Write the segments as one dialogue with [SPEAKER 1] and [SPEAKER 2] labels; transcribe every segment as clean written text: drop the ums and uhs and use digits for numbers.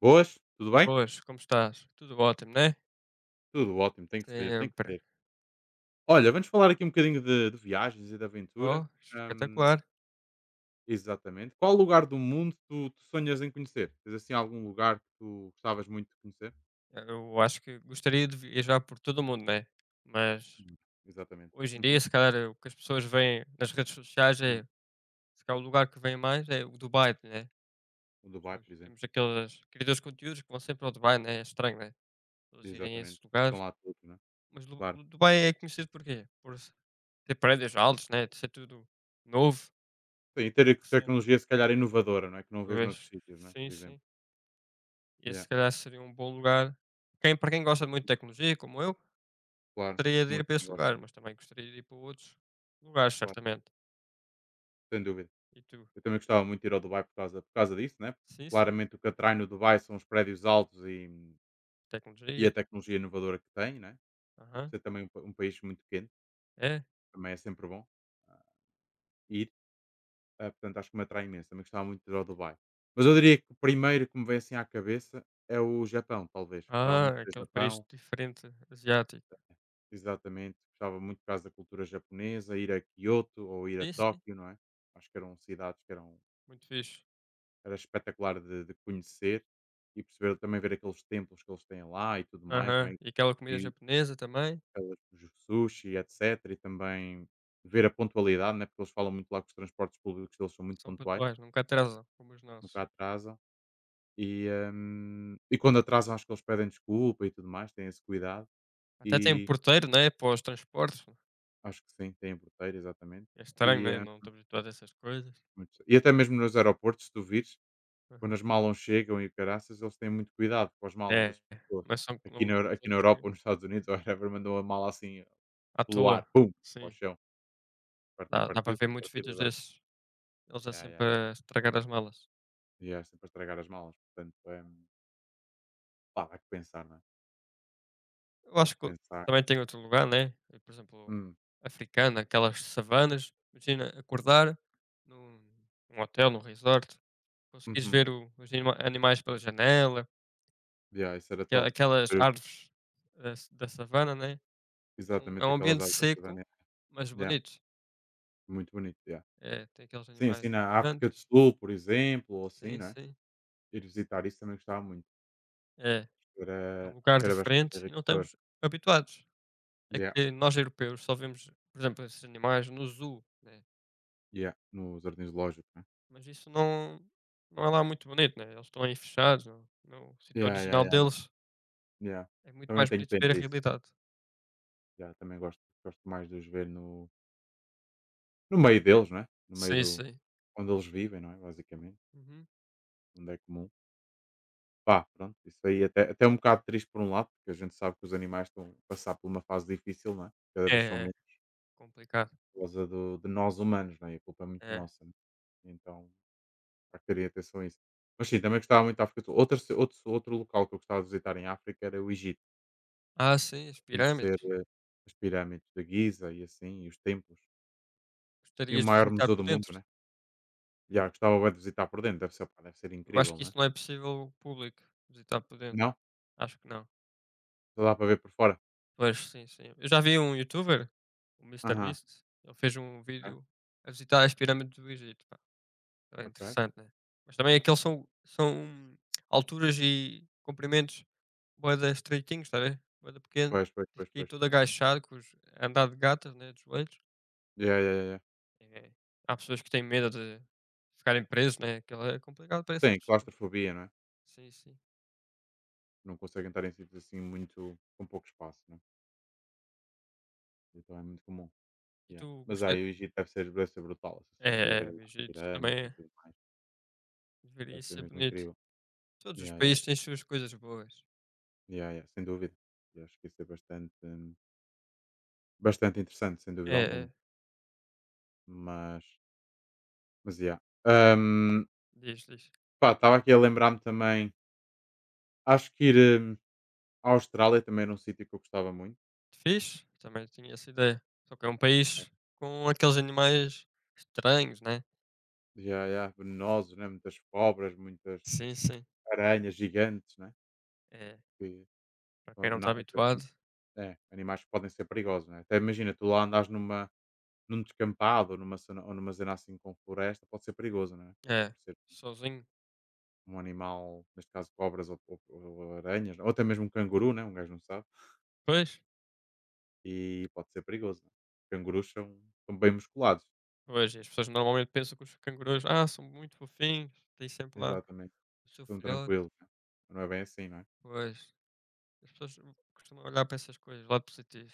[SPEAKER 1] Boas, tudo bem?
[SPEAKER 2] Boas, como estás? Tudo ótimo, né?
[SPEAKER 1] Tudo ótimo, tem que ser, tem que ser.
[SPEAKER 2] Sempre.
[SPEAKER 1] Olha, vamos falar aqui um bocadinho de viagens e de aventura.
[SPEAKER 2] Oh,
[SPEAKER 1] Hum,
[SPEAKER 2] espetacular.
[SPEAKER 1] Exatamente. Qual lugar do mundo tu sonhas em conhecer? Tens assim algum lugar que tu gostavas muito de conhecer?
[SPEAKER 2] Eu acho que gostaria de viajar por todo o mundo, né? Mas
[SPEAKER 1] Hum. Exatamente.
[SPEAKER 2] hoje em dia,
[SPEAKER 1] Uhum.
[SPEAKER 2] se calhar, o que as pessoas veem nas redes sociais
[SPEAKER 1] Hum,
[SPEAKER 2] é, se calhar, o lugar que vem mais é o Dubai, né?
[SPEAKER 1] O Dubai, por exemplo.
[SPEAKER 2] Temos aqueles criadores de conteúdos que vão sempre ao Dubai, né? É estranho, né? Eles irem a esses
[SPEAKER 1] Exatamente. Estão
[SPEAKER 2] lugares.
[SPEAKER 1] lá todos, não é?
[SPEAKER 2] Mas
[SPEAKER 1] Claro.
[SPEAKER 2] o Dubai é conhecido por quê? Por ter prédios altos, né? De ser tudo novo,
[SPEAKER 1] Sim, e ter
[SPEAKER 2] recente.
[SPEAKER 1] tecnologia se calhar inovadora, não é? Que não vês noutros
[SPEAKER 2] Pois,
[SPEAKER 1] sítios, não é? Por
[SPEAKER 2] sim,
[SPEAKER 1] exemplo.
[SPEAKER 2] sim. E esse
[SPEAKER 1] Yeah.
[SPEAKER 2] se calhar seria um bom lugar. Para quem gosta muito de tecnologia, como eu,
[SPEAKER 1] Claro, é
[SPEAKER 2] teria de
[SPEAKER 1] como eu
[SPEAKER 2] ir para
[SPEAKER 1] também
[SPEAKER 2] esse
[SPEAKER 1] gosto,
[SPEAKER 2] lugar, mas também gostaria de ir para outros lugares,
[SPEAKER 1] claro,
[SPEAKER 2] certamente.
[SPEAKER 1] sem dúvida.
[SPEAKER 2] E tu?
[SPEAKER 1] Eu também gostava muito de ir ao Dubai por causa disso, né?
[SPEAKER 2] Sim, sim.
[SPEAKER 1] Claramente o que atrai no Dubai são os prédios altos e a
[SPEAKER 2] Tecnologias.
[SPEAKER 1] tecnologia inovadora que tem, né? E por
[SPEAKER 2] Aham.
[SPEAKER 1] ser também um, um país muito pequeno,
[SPEAKER 2] É?
[SPEAKER 1] também é sempre bom ah, ir. Portanto, acho que me atrai imenso. Também gostava muito de ir ao Dubai. Mas eu diria que o primeiro que me vem assim à cabeça é o Japão, talvez. Gostava muito
[SPEAKER 2] Ah,
[SPEAKER 1] do
[SPEAKER 2] aquele país
[SPEAKER 1] Japão,
[SPEAKER 2] diferente asiático.
[SPEAKER 1] exatamente. Gostava muito por causa da cultura japonesa, ir a Kyoto ou ir a
[SPEAKER 2] Sim, sim.
[SPEAKER 1] Tóquio, não é? Acho que eram cidades que eram.
[SPEAKER 2] Muito fixe.
[SPEAKER 1] Era espetacular de conhecer e perceber, também ver aqueles templos que eles têm lá e tudo mais, não
[SPEAKER 2] Aham.
[SPEAKER 1] é?
[SPEAKER 2] E aquela comida
[SPEAKER 1] E
[SPEAKER 2] japonesa também.
[SPEAKER 1] os sushi, etc. E também ver a pontualidade, né? Porque eles falam muito lá que os transportes públicos deles são muito
[SPEAKER 2] São
[SPEAKER 1] pontuais,
[SPEAKER 2] pontuais, nunca atrasam, como os
[SPEAKER 1] nunca
[SPEAKER 2] nossos.
[SPEAKER 1] atrasam. E quando atrasam, acho que eles pedem desculpa e tudo mais, têm esse cuidado.
[SPEAKER 2] Até tem
[SPEAKER 1] E
[SPEAKER 2] porteiro, né? Para os transportes.
[SPEAKER 1] acho que sim, têm porteiro, exatamente.
[SPEAKER 2] É estranho,
[SPEAKER 1] E,
[SPEAKER 2] né? Não
[SPEAKER 1] hum,
[SPEAKER 2] estou habituado a essas coisas.
[SPEAKER 1] e até mesmo nos aeroportos, se tu vires, quando
[SPEAKER 2] Aham.
[SPEAKER 1] as malas chegam e o caraças, eles têm muito cuidado com as malas
[SPEAKER 2] É,
[SPEAKER 1] das pessoas.
[SPEAKER 2] mas são
[SPEAKER 1] Aqui
[SPEAKER 2] como,
[SPEAKER 1] na,
[SPEAKER 2] como
[SPEAKER 1] Euro-
[SPEAKER 2] os
[SPEAKER 1] aqui na
[SPEAKER 2] outros
[SPEAKER 1] Europa
[SPEAKER 2] que.
[SPEAKER 1] ou nos Estados Unidos, ou whatever, mandou a mala assim
[SPEAKER 2] À
[SPEAKER 1] pelo
[SPEAKER 2] toa.
[SPEAKER 1] ar, pum, para o
[SPEAKER 2] Sim.
[SPEAKER 1] chão,
[SPEAKER 2] Dá
[SPEAKER 1] partir,
[SPEAKER 2] dá
[SPEAKER 1] partiu,
[SPEAKER 2] para
[SPEAKER 1] se
[SPEAKER 2] ver
[SPEAKER 1] não
[SPEAKER 2] muitos
[SPEAKER 1] partir,
[SPEAKER 2] vídeos
[SPEAKER 1] azar.
[SPEAKER 2] desses, eles é
[SPEAKER 1] Yeah, yeah,
[SPEAKER 2] sempre
[SPEAKER 1] yeah, yeah.
[SPEAKER 2] a estragar as malas.
[SPEAKER 1] E é sempre a estragar as malas, portanto, é, pá, dá que pensar, não é?
[SPEAKER 2] Eu
[SPEAKER 1] Dá que
[SPEAKER 2] acho que
[SPEAKER 1] pensar.
[SPEAKER 2] também tem outro lugar, né, e, por exemplo,
[SPEAKER 1] Hum.
[SPEAKER 2] africana, aquelas savanas, imagina acordar num num hotel, num resort, conseguires
[SPEAKER 1] Uhum.
[SPEAKER 2] ver o os animais pela janela,
[SPEAKER 1] Yeah, isso era
[SPEAKER 2] aquela
[SPEAKER 1] top.
[SPEAKER 2] aquelas
[SPEAKER 1] Ver
[SPEAKER 2] árvores da savana, né, é um é
[SPEAKER 1] exatamente
[SPEAKER 2] um
[SPEAKER 1] aquelas
[SPEAKER 2] ambiente
[SPEAKER 1] árvores de
[SPEAKER 2] seco,
[SPEAKER 1] banana.
[SPEAKER 2] mas
[SPEAKER 1] Yeah,
[SPEAKER 2] bonito.
[SPEAKER 1] muito bonito, yeah.
[SPEAKER 2] É, tem aqueles
[SPEAKER 1] Sim,
[SPEAKER 2] animais
[SPEAKER 1] assim na África do
[SPEAKER 2] gigantes.
[SPEAKER 1] Sul, por exemplo, ou assim,
[SPEAKER 2] Sim,
[SPEAKER 1] não é?
[SPEAKER 2] sim.
[SPEAKER 1] Ir visitar isso também gostava muito.
[SPEAKER 2] É, é
[SPEAKER 1] Era,
[SPEAKER 2] um
[SPEAKER 1] acho
[SPEAKER 2] lugar
[SPEAKER 1] que era bastante
[SPEAKER 2] diferente e não
[SPEAKER 1] enriquecedor.
[SPEAKER 2] estamos habituados. É
[SPEAKER 1] Yeah.
[SPEAKER 2] que nós europeus só vemos, por exemplo, esses animais no zoo, né?
[SPEAKER 1] Yeah, no Jardins Lógico, né?
[SPEAKER 2] Mas isso não, não é lá muito bonito, né? Eles estão aí fechados, no sítio
[SPEAKER 1] Yeah, yeah,
[SPEAKER 2] original
[SPEAKER 1] yeah, no,
[SPEAKER 2] deles.
[SPEAKER 1] yeah.
[SPEAKER 2] É muito
[SPEAKER 1] Também
[SPEAKER 2] mais
[SPEAKER 1] tenho
[SPEAKER 2] bonito
[SPEAKER 1] pena
[SPEAKER 2] ver a
[SPEAKER 1] disso.
[SPEAKER 2] realidade.
[SPEAKER 1] Yeah, também gosto mais de os ver no meio deles, não é? No meio
[SPEAKER 2] Sim,
[SPEAKER 1] do
[SPEAKER 2] sim.
[SPEAKER 1] onde eles vivem, não é? Basicamente,
[SPEAKER 2] Uhum.
[SPEAKER 1] onde é comum. Pá, pronto, isso aí até é um bocado triste por um lado, porque a gente sabe que os animais estão a passar por uma fase difícil, não é? Cada
[SPEAKER 2] É,
[SPEAKER 1] vez são
[SPEAKER 2] é
[SPEAKER 1] menos
[SPEAKER 2] complicado.
[SPEAKER 1] por causa do, de nós humanos, não é? E a culpa é muito
[SPEAKER 2] É.
[SPEAKER 1] nossa, né? Então, há que terem atenção a isso. Mas sim, também gostava muito da África do Sul. Outro local que eu gostava de visitar em África era o Egito.
[SPEAKER 2] Ah, sim, as
[SPEAKER 1] Conhecer,
[SPEAKER 2] pirâmides.
[SPEAKER 1] as pirâmides de Guiza e assim, e os templos. E
[SPEAKER 2] Gostarias
[SPEAKER 1] o
[SPEAKER 2] de
[SPEAKER 1] maior
[SPEAKER 2] visitar
[SPEAKER 1] museu do
[SPEAKER 2] por
[SPEAKER 1] mundo,
[SPEAKER 2] dentro?
[SPEAKER 1] né. Já, gostava bué de visitar por dentro, deve ser, pá, deve ser
[SPEAKER 2] Eu acho
[SPEAKER 1] incrível,
[SPEAKER 2] que
[SPEAKER 1] né?
[SPEAKER 2] isso não é possível ao público visitar por dentro.
[SPEAKER 1] Não?
[SPEAKER 2] Acho que não.
[SPEAKER 1] Só dá para ver por fora?
[SPEAKER 2] Pois, sim, sim. Eu já vi um youtuber, o Mister
[SPEAKER 1] Aham,
[SPEAKER 2] Beast, ele fez um
[SPEAKER 1] ok,
[SPEAKER 2] vídeo a visitar as pirâmides do Egito. É
[SPEAKER 1] ok.
[SPEAKER 2] interessante, né? Mas também aqueles são alturas e comprimentos bué da estreitinhos, está a ver? Bué da pequeno.
[SPEAKER 1] Pois, pois,
[SPEAKER 2] Tens
[SPEAKER 1] pois,
[SPEAKER 2] que ir
[SPEAKER 1] pois.
[SPEAKER 2] todo agachado, com os, a andar de gatas, né? De joelhos.
[SPEAKER 1] Yeah, yeah, yeah.
[SPEAKER 2] É, há pessoas que têm medo de ficarem presos, né? Aquilo é complicado para essas
[SPEAKER 1] Tem
[SPEAKER 2] pessoas.
[SPEAKER 1] claustrofobia, não é?
[SPEAKER 2] Sim, sim.
[SPEAKER 1] Não conseguem estar em sítios assim muito com pouco espaço, não é? Então é muito comum.
[SPEAKER 2] E
[SPEAKER 1] Yeah.
[SPEAKER 2] tu
[SPEAKER 1] Mas
[SPEAKER 2] gostei.
[SPEAKER 1] aí o Egito deve ser brutal, essa cena de ir
[SPEAKER 2] É,
[SPEAKER 1] ver
[SPEAKER 2] é,
[SPEAKER 1] lá
[SPEAKER 2] o
[SPEAKER 1] as
[SPEAKER 2] Egito
[SPEAKER 1] pirâmides
[SPEAKER 2] também
[SPEAKER 1] e tudo mais. Deve
[SPEAKER 2] deveria
[SPEAKER 1] ser
[SPEAKER 2] ser
[SPEAKER 1] mesmo
[SPEAKER 2] bonito.
[SPEAKER 1] incrível.
[SPEAKER 2] Todos os
[SPEAKER 1] Yeah, yeah.
[SPEAKER 2] países têm suas coisas boas.
[SPEAKER 1] Yeah, yeah, sem dúvida. E acho que isso é bastante, bastante interessante, sem dúvida
[SPEAKER 2] É,
[SPEAKER 1] alguma.
[SPEAKER 2] é.
[SPEAKER 1] Mas mas yeah. Hum,
[SPEAKER 2] Diz, diz.
[SPEAKER 1] pá, estava aqui a lembrar-me também, acho que ir, à Austrália também era um sítio que eu gostava muito,
[SPEAKER 2] Fixe, também tinha essa ideia. Só que é um
[SPEAKER 1] né.
[SPEAKER 2] país com aqueles animais estranhos, né?
[SPEAKER 1] Yeah, yeah, venenosos, né, muitas cobras, muitas
[SPEAKER 2] Sim, sim.
[SPEAKER 1] aranhas gigantes, né,
[SPEAKER 2] É,
[SPEAKER 1] que
[SPEAKER 2] para
[SPEAKER 1] são
[SPEAKER 2] quem não está
[SPEAKER 1] avena,
[SPEAKER 2] habituado,
[SPEAKER 1] é, animais que podem ser perigosos, né. Até imagina, tu lá andares num descampado ou numa cena ou numa zona assim com floresta, pode ser perigoso, né, pode
[SPEAKER 2] é
[SPEAKER 1] aparecer
[SPEAKER 2] sozinho.
[SPEAKER 1] um animal, neste caso cobras ou aranhas, ou até mesmo um canguru, né, um gajo não sabe.
[SPEAKER 2] Pois,
[SPEAKER 1] E pode ser perigoso, não é? Cangurus são bem musculados.
[SPEAKER 2] pois, e as pessoas normalmente pensam que os cangurus, ah, são muito fofinhos, têm sempre lá
[SPEAKER 1] Exatamente.
[SPEAKER 2] o seu
[SPEAKER 1] São
[SPEAKER 2] filhote.
[SPEAKER 1] tranquilos, né. Não é bem assim, não é?
[SPEAKER 2] Pois, as pessoas costumam olhar para essas coisas, lado positivo.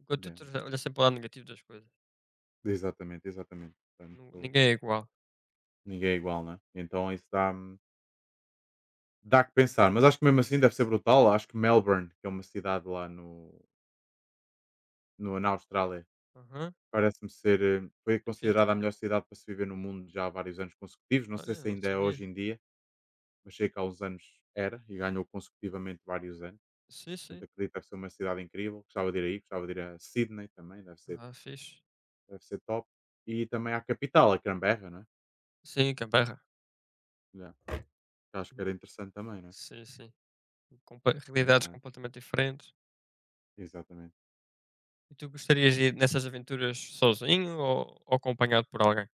[SPEAKER 2] Enquanto
[SPEAKER 1] Yeah,
[SPEAKER 2] outros
[SPEAKER 1] yeah.
[SPEAKER 2] olham sempre o lado negativo das coisas.
[SPEAKER 1] Exatamente, exatamente.
[SPEAKER 2] Nu-
[SPEAKER 1] Portanto,
[SPEAKER 2] Ninguém é igual.
[SPEAKER 1] ninguém é igual, não é? Então isso dá que pensar, mas acho que mesmo assim deve ser brutal. Acho que Melbourne, que é uma cidade lá no no na Austrália,
[SPEAKER 2] Aham,
[SPEAKER 1] parece-me ser, foi
[SPEAKER 2] é fixe.
[SPEAKER 1] considerada a melhor cidade para se viver no mundo já há vários anos consecutivos. Não sei
[SPEAKER 2] Olha,
[SPEAKER 1] se
[SPEAKER 2] não
[SPEAKER 1] ainda é
[SPEAKER 2] sabia.
[SPEAKER 1] hoje em dia, mas sei que há uns anos era e ganhou consecutivamente vários anos.
[SPEAKER 2] Sim,
[SPEAKER 1] Portanto,
[SPEAKER 2] sim.
[SPEAKER 1] acredito que deve ser uma cidade incrível. Gostava de ir aí, gostava de ir a Sydney também, deve ser,
[SPEAKER 2] Ah, fixe.
[SPEAKER 1] deve ser top. E também à capital, a Canberra, não é?
[SPEAKER 2] Sim, Canberra.
[SPEAKER 1] Já, que Acho que era interessante também, não é?
[SPEAKER 2] Sim, sim. compa realidades
[SPEAKER 1] Mas,
[SPEAKER 2] completamente diferentes.
[SPEAKER 1] exatamente.
[SPEAKER 2] E tu gostarias de ir nessas aventuras sozinho ou acompanhado por alguém?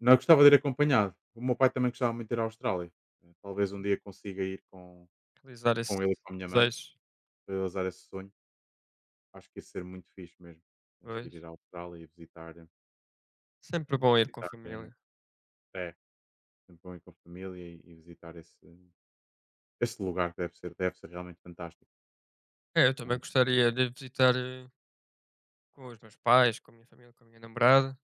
[SPEAKER 1] Não, eu gostava de ir acompanhado. O meu pai também gostava muito de ir à Austrália. Talvez um dia consiga ir com,
[SPEAKER 2] Realizar esse
[SPEAKER 1] com ele e com a minha mãe,
[SPEAKER 2] desejo,
[SPEAKER 1] para realizar esse sonho. Acho que ia ser muito fixe mesmo. Conseguir ir
[SPEAKER 2] pois.
[SPEAKER 1] à Austrália e
[SPEAKER 2] Sempre bom ir com a
[SPEAKER 1] visitar eh,
[SPEAKER 2] família.
[SPEAKER 1] é, sempre bom ir com a família e visitar esse lugar que deve ser realmente fantástico.
[SPEAKER 2] É, eu também
[SPEAKER 1] Portanto.
[SPEAKER 2] gostaria de visitar com os meus pais, com a minha família, com a minha namorada.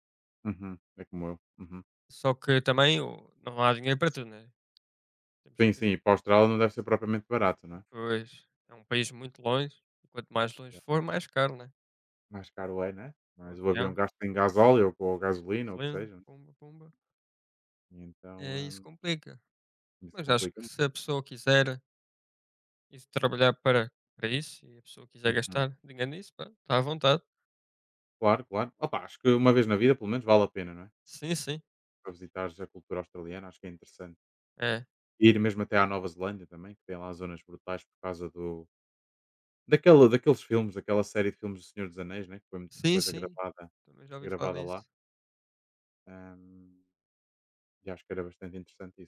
[SPEAKER 1] Uhum. É como eu. Uhum.
[SPEAKER 2] Só que também não há dinheiro para tudo, né? Temos
[SPEAKER 1] Sim,
[SPEAKER 2] que,
[SPEAKER 1] sim. E para a Austrália não deve ser propriamente barato, não é?
[SPEAKER 2] pois, é um país muito longe. E quanto mais longe for,
[SPEAKER 1] Yeah.
[SPEAKER 2] mais caro, né?
[SPEAKER 1] Mais caro é, né?
[SPEAKER 2] O
[SPEAKER 1] Mas o avião
[SPEAKER 2] avião,
[SPEAKER 1] gasta em gasóleo ou gasolina ou o que
[SPEAKER 2] gasolina,
[SPEAKER 1] seja, né?
[SPEAKER 2] pumba, pumba.
[SPEAKER 1] E então,
[SPEAKER 2] É, isso complica.
[SPEAKER 1] isso
[SPEAKER 2] Mas acho
[SPEAKER 1] complica
[SPEAKER 2] que se
[SPEAKER 1] muito.
[SPEAKER 2] a pessoa quiser e se trabalhar para isso e a pessoa quiser
[SPEAKER 1] Uhum.
[SPEAKER 2] gastar dinheiro nisso, pá, está à vontade.
[SPEAKER 1] Claro, claro. Opa, acho que uma vez na vida, pelo menos, vale a pena, não é?
[SPEAKER 2] Sim, sim.
[SPEAKER 1] Para visitares a cultura australiana, acho que é interessante.
[SPEAKER 2] É.
[SPEAKER 1] E ir mesmo até à Nova Zelândia também, que tem lá zonas brutais por causa do. Daquela, daqueles filmes, daquela série de filmes do Senhor dos Anéis, né? Que foi muita
[SPEAKER 2] Sim,
[SPEAKER 1] coisa
[SPEAKER 2] sim.
[SPEAKER 1] gravada,
[SPEAKER 2] Também já ouvi falar
[SPEAKER 1] gravada lá.
[SPEAKER 2] nisso.
[SPEAKER 1] Hum, e acho que era bastante interessante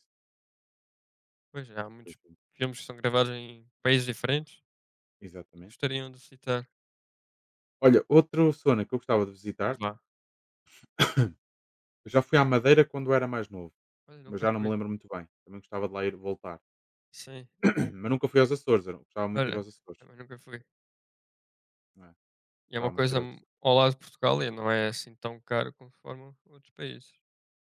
[SPEAKER 2] Pois, já, há muitos
[SPEAKER 1] isso.
[SPEAKER 2] filmes que são gravados em países diferentes e
[SPEAKER 1] Exatamente.
[SPEAKER 2] gostariam de citar.
[SPEAKER 1] Olha, outro zona que eu gostava de
[SPEAKER 2] Diz
[SPEAKER 1] visitar,
[SPEAKER 2] lá.
[SPEAKER 1] eu já fui à Madeira quando era mais novo,
[SPEAKER 2] Olha,
[SPEAKER 1] mas
[SPEAKER 2] nunca
[SPEAKER 1] já não me
[SPEAKER 2] fui.
[SPEAKER 1] lembro muito bem. Também gostava de lá ir voltar.
[SPEAKER 2] Sim.
[SPEAKER 1] Mas nunca fui aos Açores, eu não- gostava muito de ir
[SPEAKER 2] Olha,
[SPEAKER 1] aos Açores.
[SPEAKER 2] também nunca fui.
[SPEAKER 1] Não é?
[SPEAKER 2] E é uma
[SPEAKER 1] Gostava muito de ir
[SPEAKER 2] coisa
[SPEAKER 1] aos Açores.
[SPEAKER 2] ao lado de Portugal e não é assim tão caro conforme outros países.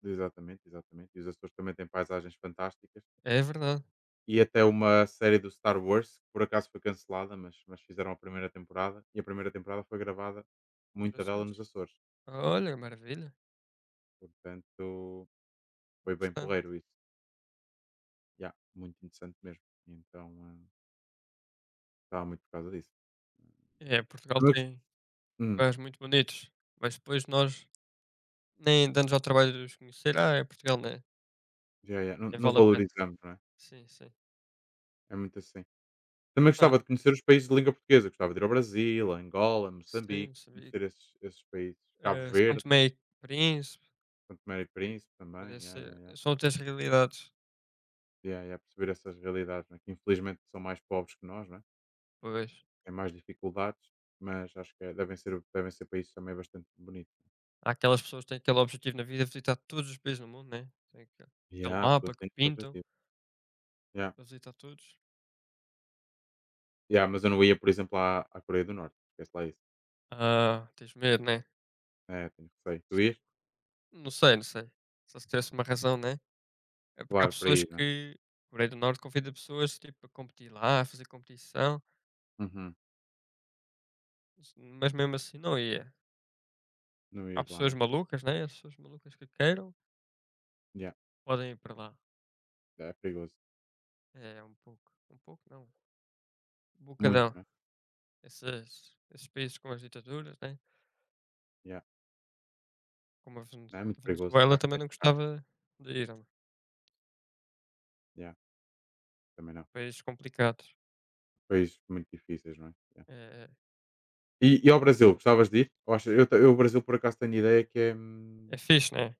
[SPEAKER 1] Exatamente, exatamente. E os Açores também têm paisagens fantásticas.
[SPEAKER 2] É verdade.
[SPEAKER 1] E até uma série do Star Wars, que por acaso foi cancelada, mas fizeram a primeira temporada. E a primeira temporada
[SPEAKER 2] Nos
[SPEAKER 1] muita dela
[SPEAKER 2] Açores.
[SPEAKER 1] nos Açores.
[SPEAKER 2] Olha, maravilha.
[SPEAKER 1] Portanto, foi bem
[SPEAKER 2] Interessante.
[SPEAKER 1] porreiro isso. Yeah, muito interessante mesmo. Então, está muito por causa disso.
[SPEAKER 2] É,
[SPEAKER 1] Também
[SPEAKER 2] Portugal
[SPEAKER 1] gos
[SPEAKER 2] tem
[SPEAKER 1] hum,
[SPEAKER 2] lugares muito bonitos, mas depois nós nem dando-nos ao trabalho de os conhecer. Ah, é Portugal, né,
[SPEAKER 1] já, já, não
[SPEAKER 2] nem
[SPEAKER 1] não
[SPEAKER 2] vale a pena.
[SPEAKER 1] valorizamos, não é?
[SPEAKER 2] Sim, sim.
[SPEAKER 1] É muito assim. Também
[SPEAKER 2] Ah,
[SPEAKER 1] gostava de conhecer os países de língua portuguesa, gostava de ir ao Brasil, a Angola,
[SPEAKER 2] sim,
[SPEAKER 1] Moçambique,
[SPEAKER 2] Moçambique,
[SPEAKER 1] conhecer esses países, Cabo
[SPEAKER 2] São
[SPEAKER 1] Verde,
[SPEAKER 2] Tomé e Príncipe,
[SPEAKER 1] São Tomé e Príncipe
[SPEAKER 2] também
[SPEAKER 1] também,
[SPEAKER 2] deve
[SPEAKER 1] já, já, já.
[SPEAKER 2] são outras realidades.
[SPEAKER 1] Já, já, perceber essas realidades, não é, que infelizmente são mais pobres que nós, não é,
[SPEAKER 2] Pois,
[SPEAKER 1] têm mais dificuldades, mas acho que devem ser países também bastante bonitos.
[SPEAKER 2] há aquelas pessoas que têm aquele objetivo na vida, visitar todos os países do mundo, né, tem aquele
[SPEAKER 1] Já,
[SPEAKER 2] mapa
[SPEAKER 1] pessoas
[SPEAKER 2] que
[SPEAKER 1] têm esse
[SPEAKER 2] pintam
[SPEAKER 1] objetivo. Já.
[SPEAKER 2] para visitar todos.
[SPEAKER 1] Já, mas eu não ia, por exemplo, à Coreia do Norte, esquece lá isso.
[SPEAKER 2] Ah, tens medo, né?
[SPEAKER 1] É, tenho receio. Tu ias?
[SPEAKER 2] Não sei, não sei. Só se tivesse uma razão, né? É porque há
[SPEAKER 1] Claro, para
[SPEAKER 2] pessoas
[SPEAKER 1] ir, é?
[SPEAKER 2] que a Coreia do Norte convida pessoas, tipo, a competir lá, a fazer competição,
[SPEAKER 1] Uhum.
[SPEAKER 2] mas mesmo assim não ia.
[SPEAKER 1] Não
[SPEAKER 2] Há
[SPEAKER 1] ir lá,
[SPEAKER 2] pessoas
[SPEAKER 1] né?
[SPEAKER 2] malucas, né? As pessoas malucas que queiram,
[SPEAKER 1] Yeah.
[SPEAKER 2] podem ir para lá.
[SPEAKER 1] É perigoso.
[SPEAKER 2] É um pouco não, um
[SPEAKER 1] Muito,
[SPEAKER 2] bocadão.
[SPEAKER 1] né?
[SPEAKER 2] Esses países com as ditaduras, né?
[SPEAKER 1] Yeah.
[SPEAKER 2] Como a Vene-
[SPEAKER 1] Não, é muito perigoso. Dá
[SPEAKER 2] Venezuela também não
[SPEAKER 1] carro.
[SPEAKER 2] gostava de ir, é um
[SPEAKER 1] Yeah. Também não.
[SPEAKER 2] país complicado.
[SPEAKER 1] Países muito difíceis, não é? Yeah.
[SPEAKER 2] É,
[SPEAKER 1] E ao Brasil, gostavas de ir? Eu acho, eu o Brasil, por acaso, tenho ideia que é.
[SPEAKER 2] é fixe, né?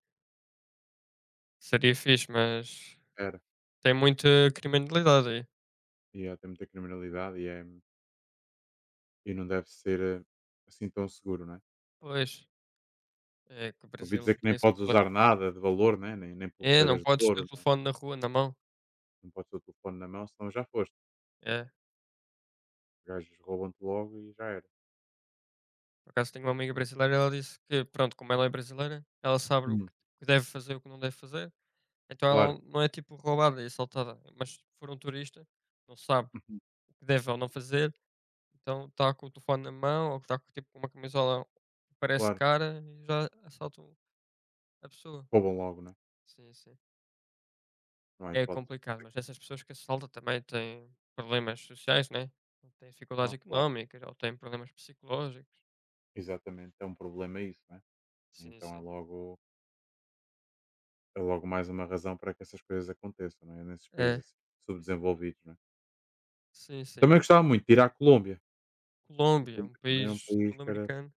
[SPEAKER 2] Seria fixe, mas
[SPEAKER 1] Era.
[SPEAKER 2] tem muita criminalidade aí.
[SPEAKER 1] E yeah, tem muita criminalidade e não deve ser, assim tão seguro, não é?
[SPEAKER 2] Pois, é que o
[SPEAKER 1] Ouvi
[SPEAKER 2] Brasil não
[SPEAKER 1] dizer que
[SPEAKER 2] tem
[SPEAKER 1] nem
[SPEAKER 2] esse
[SPEAKER 1] podes
[SPEAKER 2] problema.
[SPEAKER 1] usar nada de valor, né? Nem
[SPEAKER 2] É, não
[SPEAKER 1] pulseiras de
[SPEAKER 2] podes ter
[SPEAKER 1] ouro,
[SPEAKER 2] o
[SPEAKER 1] né?
[SPEAKER 2] telefone na rua, na mão.
[SPEAKER 1] Não podes ter o telefone na mão, senão já foste.
[SPEAKER 2] É,
[SPEAKER 1] Os gajos roubam-te logo e já era.
[SPEAKER 2] por acaso tenho uma amiga brasileira, ela disse que, pronto, como ela é brasileira, ela sabe o
[SPEAKER 1] Hum.
[SPEAKER 2] que o que deve fazer e o que não deve fazer. Então
[SPEAKER 1] Claro.
[SPEAKER 2] ela não é tipo roubada e assaltada, mas se for um turista, não sabe
[SPEAKER 1] Uhum.
[SPEAKER 2] o que deve ou não fazer, então está com o telefone na mão ou está com tipo com uma camisola que parece
[SPEAKER 1] Claro,
[SPEAKER 2] cara e já assaltam a pessoa.
[SPEAKER 1] roubam logo, né?
[SPEAKER 2] Sim, sim.
[SPEAKER 1] Não há
[SPEAKER 2] É
[SPEAKER 1] hipótese.
[SPEAKER 2] complicado, mas essas pessoas que assaltam também têm problemas sociais, né? Têm dificuldades
[SPEAKER 1] Ah, claro,
[SPEAKER 2] económicas ou têm problemas psicológicos.
[SPEAKER 1] exatamente, é um problema isso, né?
[SPEAKER 2] Sim,
[SPEAKER 1] Então é
[SPEAKER 2] sim.
[SPEAKER 1] logo, é logo mais uma razão para que essas coisas aconteçam, né? Nesses
[SPEAKER 2] É,
[SPEAKER 1] países assim, subdesenvolvidos, né?
[SPEAKER 2] sim, sim.
[SPEAKER 1] Também gostava muito de ir à Colômbia, a
[SPEAKER 2] Colômbia é um
[SPEAKER 1] Colômbia também era um
[SPEAKER 2] país
[SPEAKER 1] país que era,
[SPEAKER 2] sul-americano,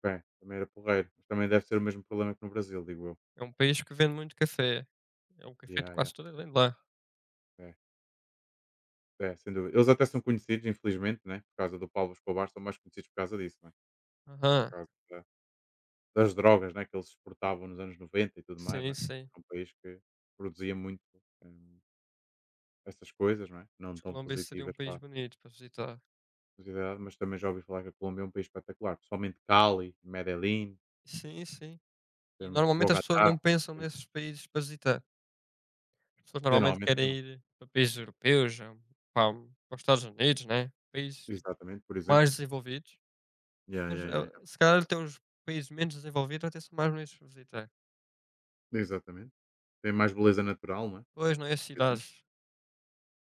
[SPEAKER 1] bem, também era porreiro, mas também deve ser o mesmo problema que no Brasil, digo eu.
[SPEAKER 2] é um país que vende muito café. É o café de
[SPEAKER 1] Yeah, yeah,
[SPEAKER 2] quase toda vende lá.
[SPEAKER 1] é, é, sem dúvida. Eles até são conhecidos, infelizmente, né? Por causa do Pablo Escobar, são mais conhecidos por causa disso, né?
[SPEAKER 2] Aham,
[SPEAKER 1] Por causa das drogas, né? Que eles exportavam nos anos 90 e tudo mais,
[SPEAKER 2] sim,
[SPEAKER 1] né?
[SPEAKER 2] sim.
[SPEAKER 1] É um país que produzia muito. hum, Essas coisas, não é? Não
[SPEAKER 2] Acho que
[SPEAKER 1] tão
[SPEAKER 2] Colômbia seria um
[SPEAKER 1] positivas
[SPEAKER 2] país
[SPEAKER 1] para a
[SPEAKER 2] bonito para visitar.
[SPEAKER 1] sociedade, mas também já ouvi falar que a Colômbia é um país espetacular, principalmente Cali, Medellín,
[SPEAKER 2] Sim, sim.
[SPEAKER 1] tem
[SPEAKER 2] E
[SPEAKER 1] muito,
[SPEAKER 2] normalmente as pessoas
[SPEAKER 1] Bogotá,
[SPEAKER 2] não pensam
[SPEAKER 1] tem-
[SPEAKER 2] nesses países para visitar. As pessoas normalmente
[SPEAKER 1] geralmente
[SPEAKER 2] querem
[SPEAKER 1] não.
[SPEAKER 2] ir para países europeus, pá, para os Estados Unidos, né? Países tipo,
[SPEAKER 1] Exatamente, por exemplo.
[SPEAKER 2] mais desenvolvidos.
[SPEAKER 1] Yeah,
[SPEAKER 2] Mas
[SPEAKER 1] yeah, yeah, yeah.
[SPEAKER 2] se calhar até os países menos desenvolvidos até são mais bonitos para visitar.
[SPEAKER 1] Exatamente. Tem mais beleza natural, não é?
[SPEAKER 2] Pois não é as
[SPEAKER 1] Por exemplo.
[SPEAKER 2] cidades.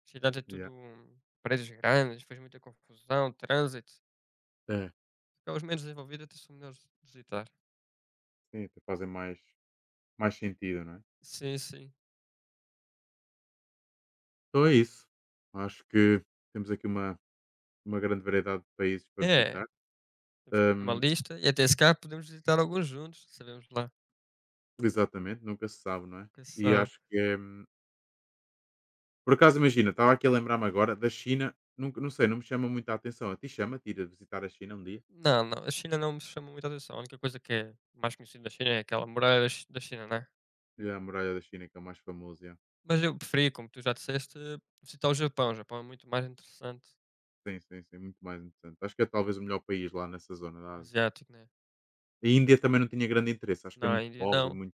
[SPEAKER 2] Cidades é
[SPEAKER 1] Yeah.
[SPEAKER 2] tudo prédios grandes, faz muita confusão, trânsito.
[SPEAKER 1] É.
[SPEAKER 2] Os menos desenvolvidos até são melhores de visitar.
[SPEAKER 1] Sim, até fazem mais, sentido, não é?
[SPEAKER 2] Sim, sim.
[SPEAKER 1] Então é isso. Acho que temos aqui uma grande variedade de países para
[SPEAKER 2] É,
[SPEAKER 1] visitar.
[SPEAKER 2] temos que ter uma
[SPEAKER 1] Ahm,
[SPEAKER 2] lista e até se calhar podemos visitar alguns juntos, sabemos lá
[SPEAKER 1] Exatamente, nunca se sabe, não é?
[SPEAKER 2] que
[SPEAKER 1] E
[SPEAKER 2] são.
[SPEAKER 1] acho que é Por acaso, imagina, estava aqui a lembrar-me agora da China, nunca, não sei, não me chama muito a atenção. A ti chama, tira visitar a China um dia?
[SPEAKER 2] Não, não, a China não me chama muita atenção. A única coisa que é mais conhecida da China é aquela muralha da China, né?
[SPEAKER 1] Já a muralha da China, que é o mais famoso, já.
[SPEAKER 2] Mas eu preferi, como tu já disseste, visitar o Japão. O Japão é muito mais interessante,
[SPEAKER 1] Sim, sim, sim, muito mais interessante. Acho que é talvez o melhor país lá nessa zona da Ásia.
[SPEAKER 2] asiático, né?
[SPEAKER 1] A Índia também não tinha grande interesse, acho que é
[SPEAKER 2] Na
[SPEAKER 1] muito
[SPEAKER 2] Índia,
[SPEAKER 1] pobre e
[SPEAKER 2] não.
[SPEAKER 1] muito.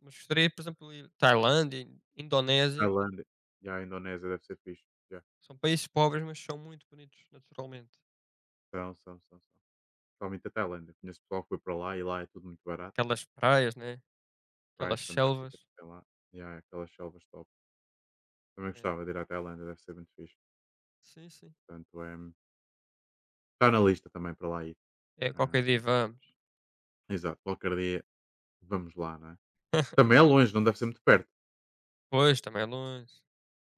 [SPEAKER 2] Mas gostaria, por exemplo, ir Tailândia, Indonésia.
[SPEAKER 1] Tailândia. Já a Indonésia deve ser fixe. Já.
[SPEAKER 2] São países pobres, mas são muito bonitos, naturalmente.
[SPEAKER 1] São, são, são, são. Principalmente a Tailândia. Conheço pessoal que foi para lá e lá é tudo muito barato.
[SPEAKER 2] Aquelas praias, né? Aquelas
[SPEAKER 1] Praias fantásticas,
[SPEAKER 2] selvas.
[SPEAKER 1] até lá. Já, aquelas selvas top. Também
[SPEAKER 2] É.
[SPEAKER 1] gostava de ir à Tailândia, deve ser muito fixe.
[SPEAKER 2] Sim, sim.
[SPEAKER 1] Portanto, é, está na lista também para lá ir.
[SPEAKER 2] É,
[SPEAKER 1] Ah,
[SPEAKER 2] qualquer dia vamos.
[SPEAKER 1] exato, qualquer dia vamos lá, não é? Também é longe, não deve ser muito perto.
[SPEAKER 2] Pois, também é longe.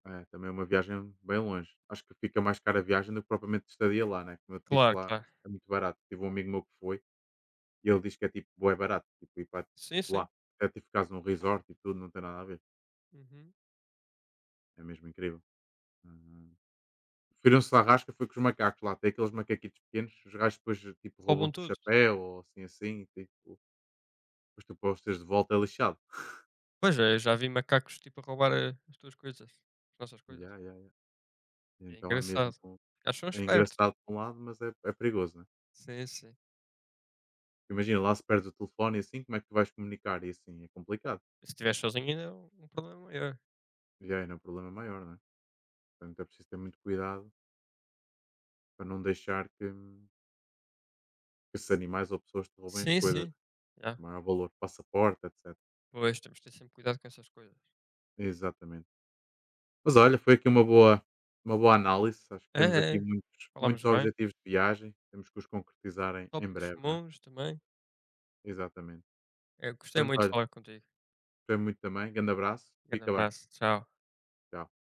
[SPEAKER 1] É, também é uma viagem bem longe. Acho que fica mais cara a viagem do que propriamente estadia lá, né? Como eu te disse
[SPEAKER 2] Claro,
[SPEAKER 1] lá,
[SPEAKER 2] claro.
[SPEAKER 1] é muito barato. Tive um amigo meu que foi e ele diz que é tipo, bué barato, tipo, ir para
[SPEAKER 2] Sim,
[SPEAKER 1] tipo,
[SPEAKER 2] sim.
[SPEAKER 1] lá. Até tipo ficares num resort e tudo, não tem nada a ver.
[SPEAKER 2] Uhum.
[SPEAKER 1] É mesmo incrível. Uhum. Preferiram-se à rasca, foi com os macacos lá. Tem aqueles macaquitos pequenos, os gajos depois tipo
[SPEAKER 2] Roubam
[SPEAKER 1] roubam-te o
[SPEAKER 2] tudo.
[SPEAKER 1] chapéu ou assim, assim, e tipo, depois tu postas de volta é lixado.
[SPEAKER 2] Pois é, eu já vi macacos, tipo, a roubar, as tuas coisas, as nossas coisas.
[SPEAKER 1] Yeah, yeah, yeah.
[SPEAKER 2] É
[SPEAKER 1] Então é mesmo.
[SPEAKER 2] engraçado. Eles são
[SPEAKER 1] É
[SPEAKER 2] espertos.
[SPEAKER 1] engraçado por um lado, mas é perigoso, né?
[SPEAKER 2] Sim, sim.
[SPEAKER 1] Imagina, lá se perde o telefone e assim, como é que tu vais comunicar? E assim, é complicado.
[SPEAKER 2] Se estiveres sozinho ainda é um problema maior.
[SPEAKER 1] Já é um problema maior, né? Portanto, é preciso ter muito cuidado para não deixar que esses animais ou pessoas te roubem as
[SPEAKER 2] Sim,
[SPEAKER 1] coisas,
[SPEAKER 2] sim.
[SPEAKER 1] né?
[SPEAKER 2] Já.
[SPEAKER 1] O maior valor, passaporte, etc.
[SPEAKER 2] Pois, temos de ter sempre cuidado com essas coisas.
[SPEAKER 1] Exatamente. Mas olha, foi aqui uma boa, análise. Acho que
[SPEAKER 2] É,
[SPEAKER 1] temos
[SPEAKER 2] é,
[SPEAKER 1] aqui
[SPEAKER 2] é.
[SPEAKER 1] muitos,
[SPEAKER 2] Falámos
[SPEAKER 1] muitos
[SPEAKER 2] bem.
[SPEAKER 1] objetivos de viagem. Temos que os concretizar em
[SPEAKER 2] Tópicos
[SPEAKER 1] breve, não é?
[SPEAKER 2] comuns também.
[SPEAKER 1] Exatamente.
[SPEAKER 2] Eu gostei
[SPEAKER 1] Portanto,
[SPEAKER 2] muito de
[SPEAKER 1] olha,
[SPEAKER 2] falar contigo.
[SPEAKER 1] gostei muito também. Grande abraço.
[SPEAKER 2] Grande
[SPEAKER 1] Fica bem.
[SPEAKER 2] abraço. Tchau.
[SPEAKER 1] Tchau.